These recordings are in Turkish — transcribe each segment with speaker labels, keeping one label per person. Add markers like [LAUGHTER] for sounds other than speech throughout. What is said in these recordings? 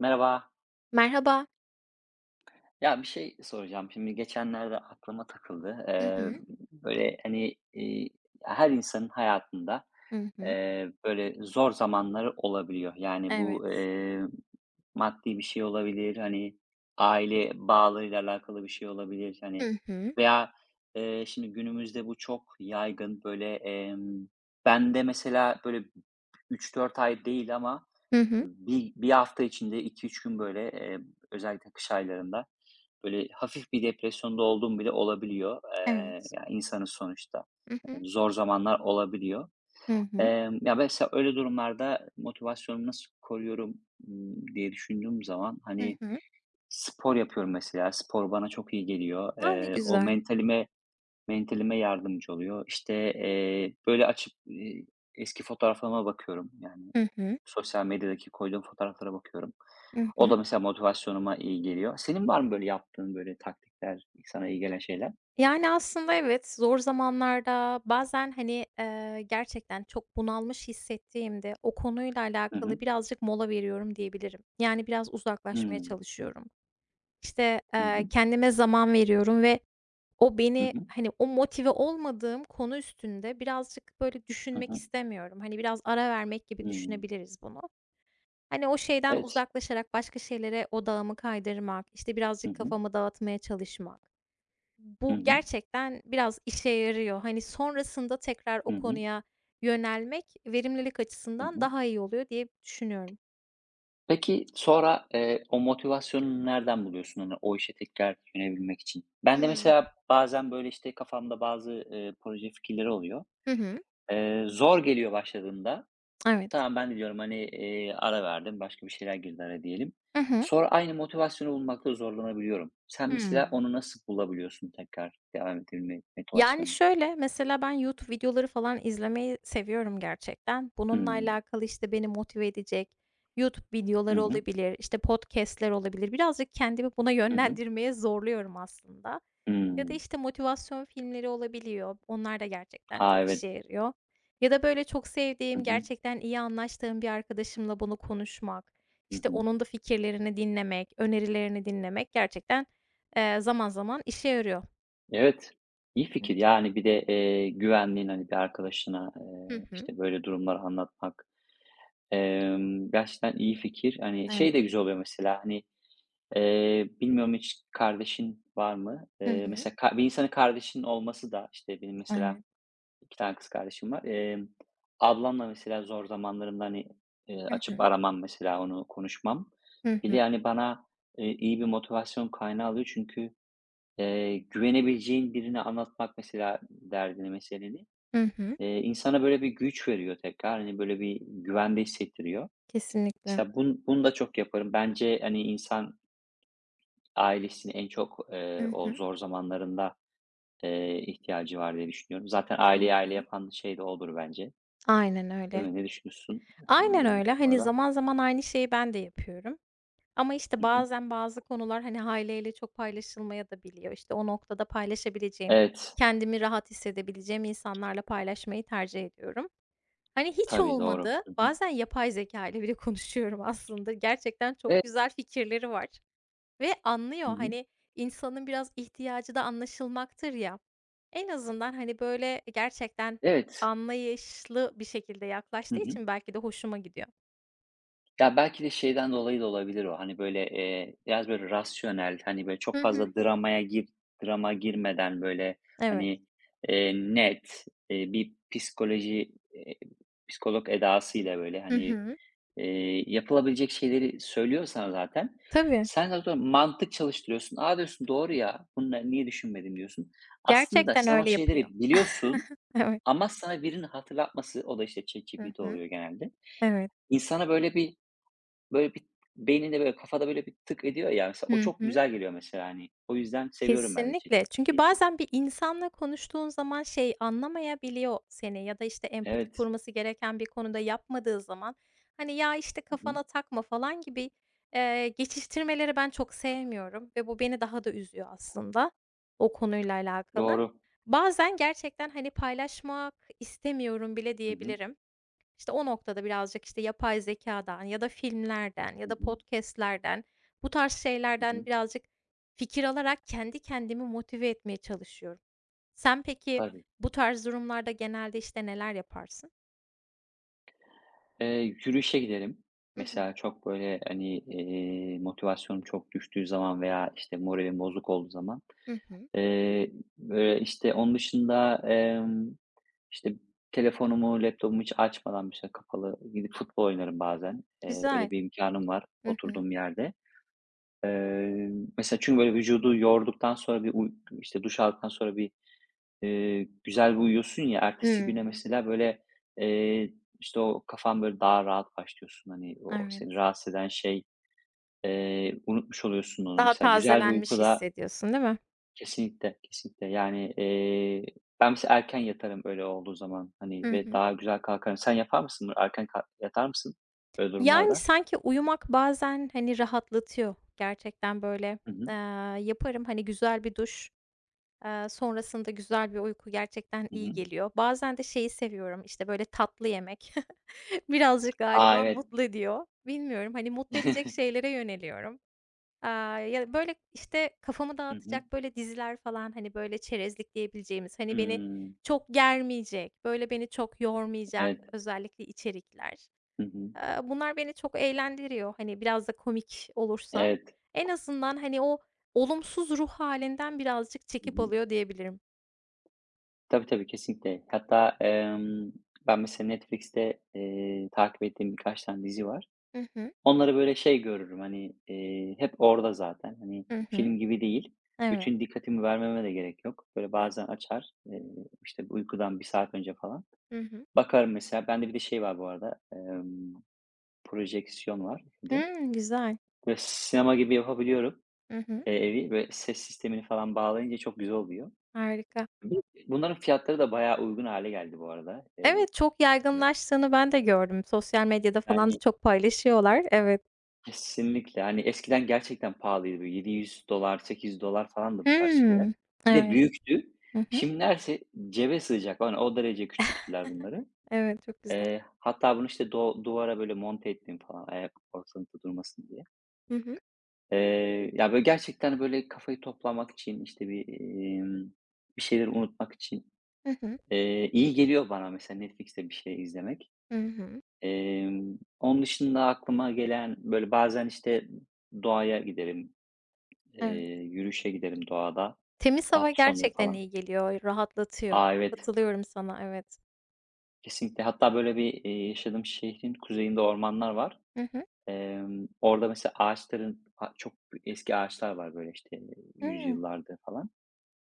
Speaker 1: Merhaba.
Speaker 2: Merhaba.
Speaker 1: Ya bir şey soracağım. Şimdi geçenlerde aklıma takıldı.
Speaker 2: Hı hı.
Speaker 1: Böyle hani, her insanın hayatında,
Speaker 2: Hı hı.
Speaker 1: böyle zor zamanları olabiliyor. Yani bu,
Speaker 2: Evet.
Speaker 1: maddi bir şey olabilir, hani, aile bağlarıyla alakalı bir şey olabilir, hani,
Speaker 2: Hı hı.
Speaker 1: veya, şimdi günümüzde bu çok yaygın. Böyle, ben de mesela böyle 3-4 ay değil ama
Speaker 2: Hı hı.
Speaker 1: bir hafta içinde 2-3 gün böyle, özellikle kış aylarında, böyle, hafif bir depresyonda olduğum bile olabiliyor.
Speaker 2: Evet.
Speaker 1: Ya, insanız sonuçta.
Speaker 2: Hı hı.
Speaker 1: Hani, zor zamanlar olabiliyor.
Speaker 2: Hı hı.
Speaker 1: Ya, mesela öyle durumlarda motivasyonumu nasıl koruyorum, diye düşündüğüm zaman,
Speaker 2: Hı
Speaker 1: hani,
Speaker 2: hı.
Speaker 1: spor yapıyorum mesela. Spor bana çok iyi geliyor.
Speaker 2: A, ne
Speaker 1: O
Speaker 2: güzel.
Speaker 1: mentalime yardımcı oluyor. İşte, böyle, açıp, eski fotoğraflarıma bakıyorum yani.
Speaker 2: Hı hı.
Speaker 1: Sosyal medyadaki koyduğum fotoğraflara bakıyorum.
Speaker 2: Hı
Speaker 1: O
Speaker 2: hı.
Speaker 1: da mesela motivasyonuma iyi geliyor. Senin var mı böyle yaptığın böyle taktikler, sana iyi gelen şeyler?
Speaker 2: Yani, aslında evet, zor zamanlarda bazen, hani, gerçekten çok bunalmış hissettiğimde o konuyla
Speaker 1: Hı hı.
Speaker 2: alakalı birazcık mola veriyorum diyebilirim. Yani, biraz uzaklaşmaya
Speaker 1: Hımm.
Speaker 2: çalışıyorum. İşte,
Speaker 1: Hı hı.
Speaker 2: kendime zaman veriyorum ve o
Speaker 1: Hı
Speaker 2: beni,
Speaker 1: hı.
Speaker 2: hani, o motive olmadığım konu üstünde birazcık, böyle,
Speaker 1: Hı
Speaker 2: düşünmek
Speaker 1: hı.
Speaker 2: istemiyorum. Hani, biraz ara vermek gibi
Speaker 1: Hımm.
Speaker 2: düşünebiliriz bunu. Hani, o şeyden
Speaker 1: Evet.
Speaker 2: uzaklaşarak başka şeylere odağımı kaydırmak, işte,
Speaker 1: Hı
Speaker 2: birazcık
Speaker 1: hı.
Speaker 2: kafamı dağıtmaya çalışmak.
Speaker 1: Hı
Speaker 2: Bu
Speaker 1: hı.
Speaker 2: gerçekten biraz işe yarıyor. Hani, sonrasında tekrar o
Speaker 1: Hı hı.
Speaker 2: konuya yönelmek verimlilik
Speaker 1: Hı
Speaker 2: açısından
Speaker 1: hı.
Speaker 2: daha iyi oluyor diye düşünüyorum.
Speaker 1: Peki sonra, o motivasyonu nereden buluyorsun? Hani, o işe tekrar yönelebilmek için? Ben de
Speaker 2: Hımm.
Speaker 1: mesela bazen böyle, işte, kafamda bazı, proje fikirleri oluyor.
Speaker 2: Hı hı.
Speaker 1: Zor geliyor başladığında.
Speaker 2: Evet.
Speaker 1: Tamam, ben de diyorum, hani, ara verdim, başka bir şeyler girdi araya diyelim.
Speaker 2: Hı hı.
Speaker 1: Sonra aynı motivasyonu bulmakta zorlanabiliyorum. Sen mesela
Speaker 2: Hımm.
Speaker 1: onu nasıl bulabiliyorsun tekrar devam edebilme
Speaker 2: Yani,
Speaker 1: motivasyonunu?
Speaker 2: şöyle, mesela ben YouTube videoları falan izlemeyi seviyorum gerçekten. Bununla
Speaker 1: Hımm.
Speaker 2: alakalı, işte, beni motive edecek YouTube
Speaker 1: Hı
Speaker 2: videoları
Speaker 1: hı.
Speaker 2: olabilir, işte, podcast'ler olabilir. Birazcık kendimi buna
Speaker 1: Hı hı.
Speaker 2: yönlendirmeye zorluyorum aslında. Ya da,
Speaker 1: Hımm.
Speaker 2: işte, motivasyon filmleri olabiliyor. Onlar da gerçekten
Speaker 1: A,
Speaker 2: çok
Speaker 1: evet.
Speaker 2: işe yarıyor. Ya da, böyle, çok
Speaker 1: Hı
Speaker 2: sevdiğim,
Speaker 1: hı.
Speaker 2: gerçekten iyi anlaştığım bir arkadaşımla bunu konuşmak,
Speaker 1: Hı
Speaker 2: işte,
Speaker 1: hı.
Speaker 2: onun da fikirlerini dinlemek, önerilerini dinlemek gerçekten, zaman zaman işe yarıyor.
Speaker 1: Evet, İyi
Speaker 2: Hı
Speaker 1: fikir.
Speaker 2: hı.
Speaker 1: Yani bir de, güvendiğin, hani, bir arkadaşına,
Speaker 2: Hı hı.
Speaker 1: işte, böyle durumları anlatmak, gerçekten iyi fikir. Hani, şey
Speaker 2: Evet.
Speaker 1: de güzel oluyor mesela, hani, bilmiyorum hiç kardeşin var mı?
Speaker 2: Hı hı.
Speaker 1: Mesela bir insanın kardeşinin olması da, işte, benim mesela
Speaker 2: Evet.
Speaker 1: 2 tane kız kardeşim var. Ablamla mesela zor zamanlarımda, hani,
Speaker 2: Hı
Speaker 1: açıp
Speaker 2: hı.
Speaker 1: aramam mesela onu, konuşmam.
Speaker 2: Hı
Speaker 1: Bir de,
Speaker 2: hı.
Speaker 1: hani, bana, iyi bir motivasyon kaynağı oluyor çünkü, güvenebileceğin birine anlatmak mesela derdini, meseleni,
Speaker 2: Hı hı.
Speaker 1: insana böyle bir güç veriyor tekrar. Hani, böyle bir güvende hissettiriyor.
Speaker 2: Kesinlikle.
Speaker 1: Mesela bunu da çok yaparım. Bence, hani, insan ailesini en çok,
Speaker 2: Hı
Speaker 1: o
Speaker 2: hı.
Speaker 1: zor zamanlarında, ihtiyacı var diye düşünüyorum. Zaten
Speaker 2: Hı
Speaker 1: aileyi aile
Speaker 2: hı.
Speaker 1: yapan şey de odur bence,
Speaker 2: Aynen öyle.
Speaker 1: değil mi? Ne düşünüyorsun? ııı,
Speaker 2: Aynen
Speaker 1: Bu
Speaker 2: öyle. Hani,
Speaker 1: konuda?
Speaker 2: zaman zaman aynı şeyi ben de yapıyorum ama, işte,
Speaker 1: Hı hı.
Speaker 2: bazen bazı konular, hani, aileyle çok paylaşılmaya da biliyor. İşte, o noktada paylaşabileceğim,
Speaker 1: Evet,
Speaker 2: kendimi rahat hissedebileceğim insanlarla paylaşmayı tercih ediyorum. Hani, hiç
Speaker 1: tabii, doğru.
Speaker 2: olmadı,
Speaker 1: Hı hı.
Speaker 2: bazen yapay zeka ile bile [LAUGHS] konuşuyorum aslında. Gerçekten çok
Speaker 1: Evet.
Speaker 2: güzel fikirleri var. Ve
Speaker 1: Hı
Speaker 2: anlıyor,
Speaker 1: hı.
Speaker 2: hani, insanın biraz ihtiyacı da anlaşılmaktır ya. En azından, hani, böyle, gerçekten
Speaker 1: Evet.
Speaker 2: anlayışlı bir şekilde
Speaker 1: Hı
Speaker 2: yaklaştığı
Speaker 1: hı.
Speaker 2: için belki de hoşuma gidiyor.
Speaker 1: Ya, belki de şeyden dolayı da olabilir o, hani, böyle, biraz böyle rasyonel, hani, böyle
Speaker 2: Hı
Speaker 1: çok
Speaker 2: hı.
Speaker 1: fazla dramaya drama girmeden böyle,
Speaker 2: Evet.
Speaker 1: hani, net, bir psikolog edasıyla böyle,
Speaker 2: Hı
Speaker 1: hani,
Speaker 2: hı.
Speaker 1: Yapılabilecek şeyleri söylüyor sana zaten.
Speaker 2: Tabii.
Speaker 1: Sen zaten mantık çalıştırıyorsun. "A!" diyorsun, "Doğru ya, bunları niye düşünmedim?" diyorsun. Aslında
Speaker 2: Gerçekten
Speaker 1: sen o
Speaker 2: öyle yapıyor.
Speaker 1: şeyleri biliyorsun
Speaker 2: [LAUGHS] Evet.
Speaker 1: ama sana birinin hatırlatması, o da işte
Speaker 2: Hı
Speaker 1: ChatGPT
Speaker 2: hı.
Speaker 1: oluyor genelde.
Speaker 2: Evet.
Speaker 1: İnsana böyle bir beyninde, böyle kafada böyle bir tık ediyor ya, mesela o
Speaker 2: Hı
Speaker 1: çok
Speaker 2: hı.
Speaker 1: güzel geliyor mesela, hani. O yüzden seviyorum ben de
Speaker 2: Kesinlikle. Çünkü
Speaker 1: ChatGPT'yi.
Speaker 2: bazen bir insanla konuştuğun zaman şey anlamayabiliyor seni ya da, işte, empati
Speaker 1: Evet.
Speaker 2: kurması gereken bir konuda yapmadığı zaman, hani, "Ya, işte,
Speaker 1: Hı hı.
Speaker 2: kafana takma." falan gibi, geçiştirmeleri ben çok sevmiyorum ve bu beni daha da üzüyor aslında o konuyla alakalı.
Speaker 1: Doğru.
Speaker 2: Bazen gerçekten, hani, paylaşmak istemiyorum bile
Speaker 1: Hı hı.
Speaker 2: diyebilirim. İşte o noktada birazcık, işte, yapay zekâdan ya da filmlerden
Speaker 1: Hı
Speaker 2: ya da
Speaker 1: hı.
Speaker 2: podcast'lerden, bu tarz
Speaker 1: Hı
Speaker 2: şeylerden
Speaker 1: hı.
Speaker 2: birazcık fikir alarak kendi kendimi motive etmeye çalışıyorum. Sen peki
Speaker 1: Tabii.
Speaker 2: bu tarz durumlarda genelde, işte, neler yaparsın?
Speaker 1: Yürüyüşe giderim.
Speaker 2: Hı hı.
Speaker 1: Mesela çok böyle, hani, motivasyonum çok düştüğü zaman veya, işte, moralim bozuk olduğu zaman.
Speaker 2: Hı hı.
Speaker 1: Eee, Böyle, işte, onun dışında, işte, telefonumu, laptopumu hiç açmadan, bir şey kapalı gidip futbol oynarım bazen. Öyle
Speaker 2: Güzel.
Speaker 1: bir imkânım var
Speaker 2: Hı hı.
Speaker 1: oturduğum yerde. Eee, Mesela çünkü böyle vücudu yorduktan sonra bir işte, duş aldıktan sonra bir güzel bir uyuyorsun ya, ertesi güne
Speaker 2: Hımm.
Speaker 1: mesela böyle, eee, işte, o kafan böyle daha rahat başlıyorsun. Hani, o seni
Speaker 2: Evet.
Speaker 1: rahatsız eden şey, unutmuş oluyorsun onu
Speaker 2: Daha
Speaker 1: mesela. Güzel bir uyku
Speaker 2: tazelenmiş
Speaker 1: da
Speaker 2: hissediyorsun, değil mi?
Speaker 1: kesinlikle, kesinlikle. Yani, ben mesela erken yatarım öyle olduğu zaman, hani,
Speaker 2: Hı
Speaker 1: ve
Speaker 2: hı.
Speaker 1: daha güzel kalkarım. Sen yapar mısın bunu? Erken yatar mısın böyle
Speaker 2: Yani,
Speaker 1: durumlarda?
Speaker 2: sanki uyumak bazen, hani, rahatlatıyor. Gerçekten böyle,
Speaker 1: Hı hı.
Speaker 2: eee, yaparım, hani, güzel bir duş. Sonrasında güzel bir uyku gerçekten
Speaker 1: Hı
Speaker 2: iyi
Speaker 1: hı.
Speaker 2: geliyor. Bazen de şeyi seviyorum, işte, böyle, tatlı yemek [LAUGHS] birazcık
Speaker 1: A,
Speaker 2: galiba
Speaker 1: evet.
Speaker 2: mutlu ediyor. Bilmiyorum, hani, mutlu edecek
Speaker 1: [LAUGHS]
Speaker 2: şeylere yöneliyorum. Aaa, ya, böyle, işte, kafamı
Speaker 1: Hı hı.
Speaker 2: dağıtacak, böyle, diziler falan, hani, böyle, çerezlik diyebileceğimiz, hani, beni
Speaker 1: Hımm.
Speaker 2: çok germeyecek, böyle, beni çok yormayacak
Speaker 1: Evet.
Speaker 2: özellikle içerikler.
Speaker 1: Hı hı.
Speaker 2: Bunlar beni çok eğlendiriyor, hani, biraz da komik olursa.
Speaker 1: Evet.
Speaker 2: En azından, hani, o olumsuz ruh halinden birazcık
Speaker 1: Hı
Speaker 2: çekip
Speaker 1: hı.
Speaker 2: alıyor diyebilirim.
Speaker 1: Tabii, tabii, kesinlikle. Hatta, ben mesela Netflix'te, takip ettiğim birkaç tane dizi var.
Speaker 2: Hı hı.
Speaker 1: Onları böyle şey görürüm, hani, hep orada zaten. Hani,
Speaker 2: Hı hı.
Speaker 1: film gibi değil.
Speaker 2: Evet,
Speaker 1: Bütün dikkatimi vermeme de gerek yok. Böyle
Speaker 2: evet.
Speaker 1: bazen açar, işte, uykudan bir saat önce falan.
Speaker 2: Hı hı.
Speaker 1: Bakarım mesela. Bende bir de şey var bu arada, projeksiyon var bir de.
Speaker 2: Hımm, güzel.
Speaker 1: Böyle sinema gibi yapabiliyorum,
Speaker 2: Hı hı.
Speaker 1: evi ve ses sistemini falan bağlayınca çok güzel oluyor.
Speaker 2: Harika.
Speaker 1: Bir Bunların fiyatları da bayağı uygun hale geldi bu arada. Bu
Speaker 2: Evet, çok yaygınlaştığını ben de gördüm. Sosyal medyada falan da
Speaker 1: Yani,
Speaker 2: çok paylaşıyorlar. Evet.
Speaker 1: kesinlikle. Hani, eskiden gerçekten pahalıydı. Böyle $700, $800 falandı bu tarz şeyler.
Speaker 2: Hımm.
Speaker 1: Bir de
Speaker 2: Evet.
Speaker 1: büyüktü.
Speaker 2: Hı hı.
Speaker 1: Şimdi neredeyse cebe sığacak falan, o derece küçülttüler bunları.
Speaker 2: Evet, çok güzel.
Speaker 1: Hatta bunu, işte, duvara böyle monte ettim falan ayak ortalıkta durmasın diye.
Speaker 2: Hı hı.
Speaker 1: Ya, böyle gerçekten böyle kafayı toplamak için, işte, bir şeyleri unutmak için,
Speaker 2: Hı hı.
Speaker 1: iyi geliyor bana mesela Netflix'te bir şey izlemek.
Speaker 2: Hı hı.
Speaker 1: Onun dışında aklıma gelen, böyle, bazen, işte, doğaya giderim. Eee,
Speaker 2: Evet.
Speaker 1: Yürüyüşe giderim doğada,
Speaker 2: Temiz hava
Speaker 1: hafta sonları
Speaker 2: gerçekten
Speaker 1: falan.
Speaker 2: iyi geliyor, rahatlatıyor.
Speaker 1: A, evet,
Speaker 2: Katılıyorum sana, evet.
Speaker 1: kesinlikle. Hatta böyle bir, yaşadığım şehrin kuzeyinde ormanlar var.
Speaker 2: Hı hı.
Speaker 1: Orada mesela ağaçların a çok eski ağaçlar var böyle, işte,
Speaker 2: Hımm.
Speaker 1: yüzyıllardır falan.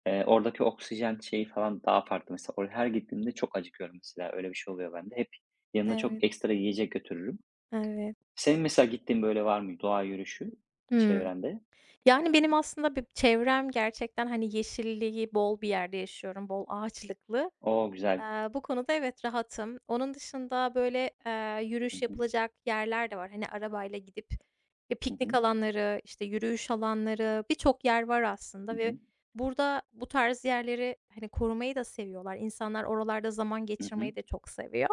Speaker 1: Oradaki oksijen şeyi falan daha farklı. Mesela oraya her gittiğimde çok acıkıyorum mesela. Öyle bir şey oluyor bende. Hep yanımda
Speaker 2: Evet,
Speaker 1: çok ekstra yiyecek götürürüm.
Speaker 2: evet.
Speaker 1: Senin mesela gittiğin böyle var mı doğa yürüyüşü
Speaker 2: Hımm.
Speaker 1: çevrende?
Speaker 2: Yani, benim aslında bir çevrem gerçekten, hani, yeşilliği bol bir yerde yaşıyorum, bol ağaçlıklı.
Speaker 1: O, güzel.
Speaker 2: Bu konuda evet, rahatım. Onun dışında, böyle,
Speaker 1: Hı
Speaker 2: yürüyüş
Speaker 1: hı.
Speaker 2: yapılacak yerler de var. Hani, arabayla gidip, ya,
Speaker 1: Hı
Speaker 2: piknik
Speaker 1: hı.
Speaker 2: alanları, işte, yürüyüş alanları, birçok yer var
Speaker 1: Hı
Speaker 2: aslında ve
Speaker 1: hı.
Speaker 2: burada bu tarz yerleri, hani, korumayı da seviyorlar. İnsanlar oralarda zaman
Speaker 1: Hı hı.
Speaker 2: geçirmeyi de çok seviyor.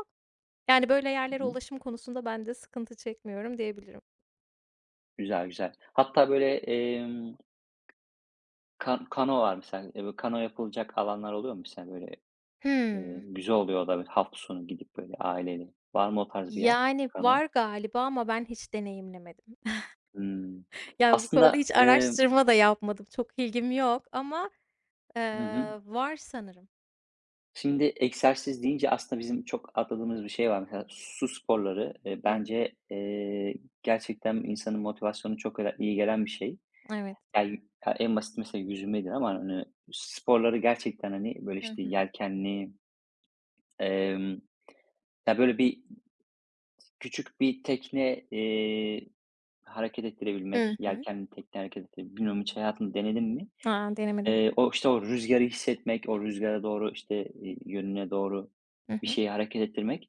Speaker 2: Yani, böyle
Speaker 1: Hı
Speaker 2: yerlere
Speaker 1: hı.
Speaker 2: ulaşım konusunda ben de sıkıntı çekmiyorum diyebilirim.
Speaker 1: Güzel, güzel. Hatta böyle, kano var mesela. Böyle kano yapılacak alanlar oluyor mu mesela böyle?
Speaker 2: Hımm,
Speaker 1: Güzel oluyor da böyle hafta sonu gidip böyle aileyle. Var mı o tarz bir yer?
Speaker 2: yani,
Speaker 1: Kano.
Speaker 2: var galiba ama ben hiç deneyimlemedim. [LAUGHS]
Speaker 1: Hımm.
Speaker 2: Yani, bu konuda
Speaker 1: Aslında,
Speaker 2: hiç araştırma da yapmadım. Çok ilgim yok ama
Speaker 1: Hı hı.
Speaker 2: Var sanırım.
Speaker 1: Şimdi egzersiz deyince aslında bizim çok atladığımız bir şey var. Mesela su sporları,
Speaker 2: Hı hı.
Speaker 1: bence, gerçekten insanın motivasyonu çok iyi gelen bir şey.
Speaker 2: Evet.
Speaker 1: Yani, ya, en basit mesela yüzmedir ama hani sporları gerçekten hani böyle
Speaker 2: Hı
Speaker 1: işte
Speaker 2: hı.
Speaker 1: yelkenli, Ya, böyle bir küçük bir tekne, hareket
Speaker 2: Hı
Speaker 1: ettirebilmek,
Speaker 2: hı.
Speaker 1: yelkenli tekne hareket ettirebilmek, bilmiyorum hiç hayatında denedin mi?
Speaker 2: A, denemedim.
Speaker 1: O, işte, o rüzgarı hissetmek, o rüzgara doğru, işte, yönüne doğru
Speaker 2: Hı
Speaker 1: bir
Speaker 2: hı.
Speaker 1: şeyi hareket ettirmek,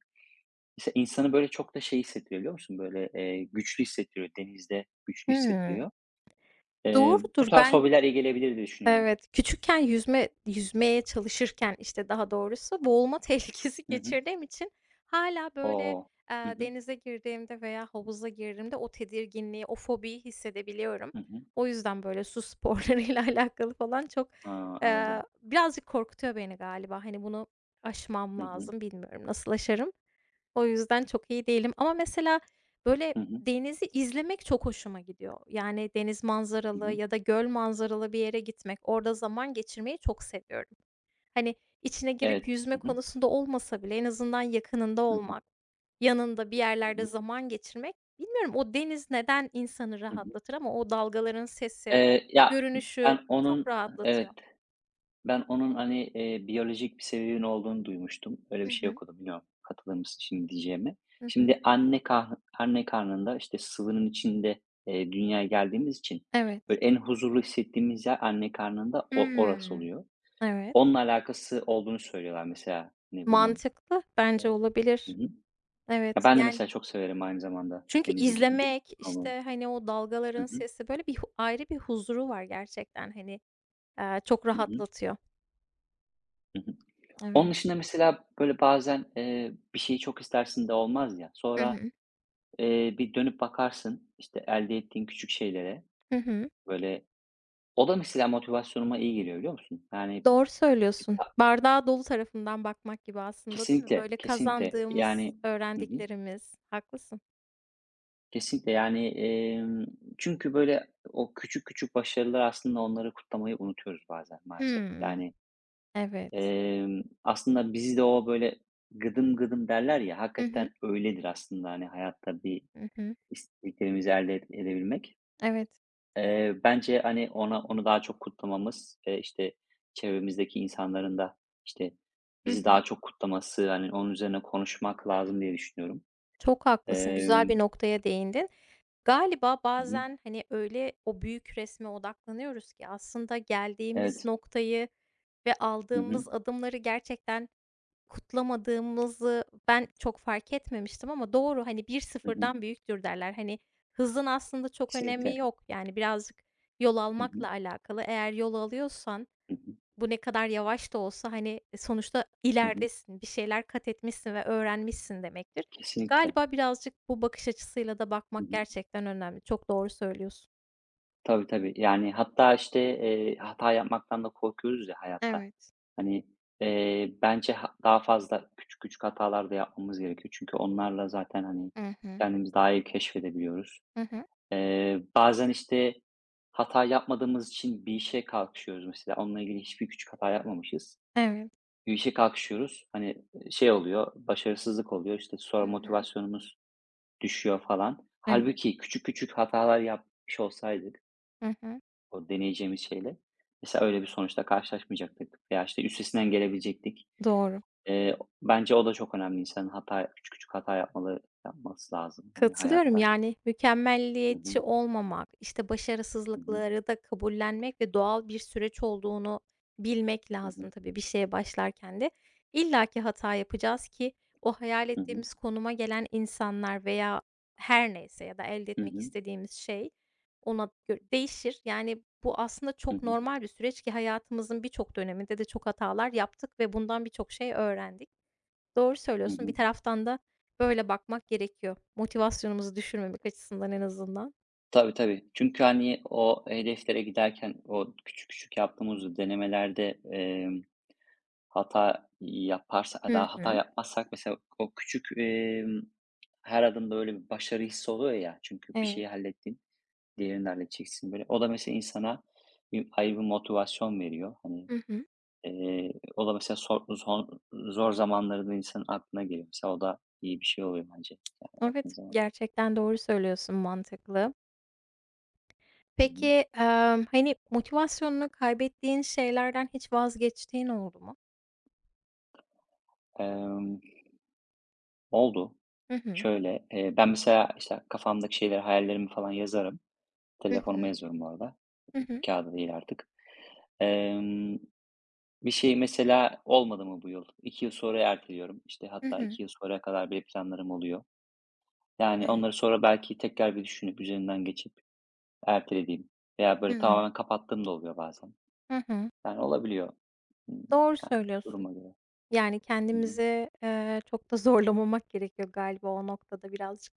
Speaker 1: mesela insanı böyle çok da şey hissettiriyor, biliyor musun? Böyle, güçlü hissettiriyor, denizde güçlü
Speaker 2: Hımm.
Speaker 1: hissettiriyor. Bu
Speaker 2: Doğrudur.
Speaker 1: tarz hobiler iyi gelebilir diye düşünüyorum.
Speaker 2: Evet, küçükken yüzme yüzmeye çalışırken, işte, daha doğrusu boğulma [LAUGHS] tehlikesi
Speaker 1: Hı hı.
Speaker 2: geçirdiğim için hala böyle,
Speaker 1: O! Hı hı.
Speaker 2: denize girdiğimde veya havuza girdiğimde o tedirginliği, o fobiyi hissedebiliyorum.
Speaker 1: Hı hı.
Speaker 2: O yüzden, böyle, su sporlarıyla [LAUGHS] alakalı falan çok,
Speaker 1: Ha, anladım.
Speaker 2: birazcık korkutuyor beni galiba. Hani, bunu aşmam
Speaker 1: Hı hı.
Speaker 2: lazım. Bilmiyorum nasıl aşarım. O yüzden çok iyi değilim ama mesela, böyle
Speaker 1: Hı hı.
Speaker 2: denizi izlemek çok hoşuma gidiyor. Yani deniz
Speaker 1: Hı
Speaker 2: manzaralı
Speaker 1: hı.
Speaker 2: ya da göl manzaralı bir yere gitmek, orada zaman geçirmeyi çok seviyorum. Hani, içine
Speaker 1: Evet.
Speaker 2: girip yüzme
Speaker 1: Hı hı.
Speaker 2: konusunda olmasa bile en azından yakınında
Speaker 1: Hı hı.
Speaker 2: olmak, yanında bir
Speaker 1: Hı
Speaker 2: yerlerde
Speaker 1: hı.
Speaker 2: zaman geçirmek, bilmiyorum o deniz neden insanı
Speaker 1: Hı hı.
Speaker 2: rahatlatır ama o dalgaların sesi,
Speaker 1: Ya,
Speaker 2: görünüşü
Speaker 1: ben
Speaker 2: çok
Speaker 1: onun Evet,
Speaker 2: rahatlatıyor.
Speaker 1: ben onun, hani, biyolojik bir sebebinin olduğunu duymuştum. Öyle
Speaker 2: Hı
Speaker 1: bir şey
Speaker 2: hı.
Speaker 1: okudum. Bilmiyorum katılır mısın şimdi diyeceğime.
Speaker 2: Hı hı.
Speaker 1: Şimdi anne anne karnında, işte, sıvının içinde, dünyaya geldiğimiz için,
Speaker 2: Evet.
Speaker 1: böyle, en huzurlu hissettiğimiz yer anne karnında orası
Speaker 2: Hımm.
Speaker 1: oluyor.
Speaker 2: Evet.
Speaker 1: Onunla alakası olduğunu söylüyorlar mesela, hani, bunun.
Speaker 2: Mantıklı. Bence
Speaker 1: Eee Hı
Speaker 2: olabilir.
Speaker 1: hı. Ya,
Speaker 2: Evet.
Speaker 1: ben de
Speaker 2: Yani.
Speaker 1: mesela çok severim aynı zamanda
Speaker 2: Çünkü
Speaker 1: denizi. [UNINTELLIGIBLE]
Speaker 2: izlemek,
Speaker 1: Hı hı.
Speaker 2: işte, hani, o
Speaker 1: Hı
Speaker 2: dalgaların
Speaker 1: hı.
Speaker 2: sesi, böyle, bir hu ayrı bir huzuru var gerçekten, hani, çok
Speaker 1: Hı hı.
Speaker 2: rahatlatıyor. Evet.
Speaker 1: Onun dışında mesela, böyle, bazen, bir şeyi çok istersin de olmaz ya,
Speaker 2: Hı
Speaker 1: sonra,
Speaker 2: hı.
Speaker 1: bir dönüp bakarsın, işte, elde ettiğin küçük şeylere,
Speaker 2: Hı hı.
Speaker 1: böyle, o da mesela motivasyonuma iyi geliyor, biliyor musun? Yani,
Speaker 2: Doğru
Speaker 1: bir
Speaker 2: söylüyorsun.
Speaker 1: ta
Speaker 2: Bardağa dolu tarafından bakmak gibi aslında, değil mi?
Speaker 1: kesinlikle,
Speaker 2: Böyle
Speaker 1: kesinlikle,
Speaker 2: kazandığımız,
Speaker 1: yani. Hı hı.
Speaker 2: öğrendiklerimiz. Haklısın.
Speaker 1: Kesinlikle, yani, çünkü, böyle, o küçük küçük başarılar aslında onları kutlamayı unutuyoruz bazen maalesef.
Speaker 2: Hımm.
Speaker 1: Yani,
Speaker 2: Evet.
Speaker 1: aslında bizi de o, böyle, "gıdım gıdım" derler ya,
Speaker 2: Hı hı.
Speaker 1: hakikaten öyledir aslında, hani, hayatta bir
Speaker 2: Hı hı.
Speaker 1: İstediklerimizi elde edebilmek.
Speaker 2: Evet.
Speaker 1: Bence, hani, onu daha çok kutlamamız, işte, çevremizdeki insanların da, işte,
Speaker 2: Hı
Speaker 1: bizi
Speaker 2: hı.
Speaker 1: daha çok kutlaması, hani, onun üzerine konuşmak lazım diye düşünüyorum.
Speaker 2: Çok haklısın, güzel
Speaker 1: Emm
Speaker 2: bir noktaya değindin. Galiba
Speaker 1: Hı hı.
Speaker 2: bazen, hani, öyle o büyük resme odaklanıyoruz ki aslında geldiğimiz
Speaker 1: Evet.
Speaker 2: noktayı ve
Speaker 1: Hı hı.
Speaker 2: aldığımız adımları gerçekten kutlamadığımızı ben çok fark etmemiştim ama doğru, hani, "Bir
Speaker 1: Hı hı.
Speaker 2: sıfırdan büyüktür." derler. Hani, hızın aslında çok
Speaker 1: Kesinlikle.
Speaker 2: önemi yok. Yani, birazcık yol
Speaker 1: Hı hı.
Speaker 2: almakla alakalı. Eğer yol alıyorsan
Speaker 1: Hı hı.
Speaker 2: bu ne kadar yavaş da olsa, hani, sonuçta
Speaker 1: Hı hı.
Speaker 2: ileridesin, bir şeyler kat etmişsin ve öğrenmişsin demektir.
Speaker 1: Kesinlikle.
Speaker 2: Galiba birazcık bu bakış açısıyla da
Speaker 1: Hı
Speaker 2: bakmak
Speaker 1: hı.
Speaker 2: gerçekten önemli. Çok doğru söylüyorsun.
Speaker 1: Tabii, tabii. Yani, hatta, işte, hata yapmaktan da korkuyoruz ya hayatta.
Speaker 2: Evet.
Speaker 1: Hani, bence daha fazla küçük küçük hatalar da yapmamız gerekiyor. Çünkü onlarla zaten, hani,
Speaker 2: Hı hı.
Speaker 1: kendimizi daha iyi keşfedebiliyoruz.
Speaker 2: Hı hı.
Speaker 1: Bazen, işte, hata yapmadığımız için bir işe kalkışıyoruz mesela. Onunla ilgili hiçbir küçük hata yapmamışız.
Speaker 2: Evet.
Speaker 1: Bir işe kalkışıyoruz, hani, şey oluyor, başarısızlık oluyor, İşte sonra
Speaker 2: Hı hı.
Speaker 1: motivasyonumuz düşüyor falan.
Speaker 2: Evet.
Speaker 1: Halbuki küçük küçük hatalar yapmış olsaydık
Speaker 2: Hı hı.
Speaker 1: o deneyeceğimiz şeyle. Mesela öyle bir sonuçla karşılaşmayacaktık veya, işte, üstesinden gelebilecektik.
Speaker 2: Doğru.
Speaker 1: Eee, Bence o da çok önemli. İnsanın küçük küçük hata yapması lazım, hani,
Speaker 2: Katılıyorum.
Speaker 1: hayatta.
Speaker 2: Yani,
Speaker 1: Hı
Speaker 2: mükemmelliyetçi
Speaker 1: hı.
Speaker 2: olmamak, işte,
Speaker 1: Hı hı.
Speaker 2: başarısızlıkları da kabullenmek ve doğal bir süreç olduğunu bilmek
Speaker 1: Hı
Speaker 2: lazım
Speaker 1: hı.
Speaker 2: tabii bir şeye başlarken de. İlla ki hata yapacağız ki o hayal
Speaker 1: Hı hı.
Speaker 2: ettiğimiz konuma gelen insanlar veya her neyse ya da elde
Speaker 1: Hı
Speaker 2: etmek
Speaker 1: hı.
Speaker 2: istediğimiz şey ona değişir. Yani, bu aslında
Speaker 1: Hı
Speaker 2: çok
Speaker 1: hı.
Speaker 2: normal bir süreç ki hayatımızın birçok döneminde de çok hatalar yaptık ve bundan birçok şey öğrendik. Doğru
Speaker 1: Hı
Speaker 2: söylüyorsun. Bir
Speaker 1: hı.
Speaker 2: taraftan da böyle bakmak gerekiyor. Motivasyonumuzu düşürmemek açısından en azından.
Speaker 1: Tabii, tabii. Çünkü, hani, o hedeflere giderken o küçük küçük yaptığımız denemelerde, hata yaparsa
Speaker 2: Hı
Speaker 1: daha hata
Speaker 2: hı.
Speaker 1: yapmazsak mesela o küçük, her adımda öyle bir başarı hissi oluyor ya çünkü bir
Speaker 2: Evet.
Speaker 1: şeyi hallettin. Diğerini de halledeceksin böyle. O da mesela insana ayrı bir motivasyon veriyor. Hani,
Speaker 2: Hı hı.
Speaker 1: o da mesela sor zor zor zamanlarında insanın aklına geliyor. Mesela o da iyi bir şey oluyor bence yani baktığın
Speaker 2: Evet,
Speaker 1: zaman.
Speaker 2: gerçekten doğru söylüyorsun, mantıklı.
Speaker 1: Hı hı.
Speaker 2: Peki, hani, motivasyonunu kaybettiğin şeylerden hiç vazgeçtiğin oldu mu?
Speaker 1: Emm, Oldu.
Speaker 2: Hı hı.
Speaker 1: Şöyle, ben mesela, işte, kafamdaki şeyleri, hayallerimi falan yazarım.
Speaker 2: Hı
Speaker 1: Telefonuma
Speaker 2: hı.
Speaker 1: yazıyorum bu arada.
Speaker 2: Hı hı.
Speaker 1: Kağıda değil artık. Emm, Bir şey mesela olmadı mı bu yıl? 2 yıl sonra erteliyorum. İşte,
Speaker 2: Hı
Speaker 1: hatta
Speaker 2: hı.
Speaker 1: 2 yıl sonra kadar bir planlarım oluyor. Yani,
Speaker 2: Evet.
Speaker 1: onları sonra belki tekrar bir düşünüp, üzerinden geçip ertelediğim veya böyle
Speaker 2: Hımm.
Speaker 1: tamamen kapattığım da oluyor bazen.
Speaker 2: Hı hı.
Speaker 1: Yani, olabiliyor. Imm,
Speaker 2: Doğru
Speaker 1: Yani,
Speaker 2: söylüyorsun.
Speaker 1: duruma göre.
Speaker 2: Yani,
Speaker 1: Hı hı.
Speaker 2: kendimizi, çok da zorlamamak gerekiyor galiba o noktada birazcık.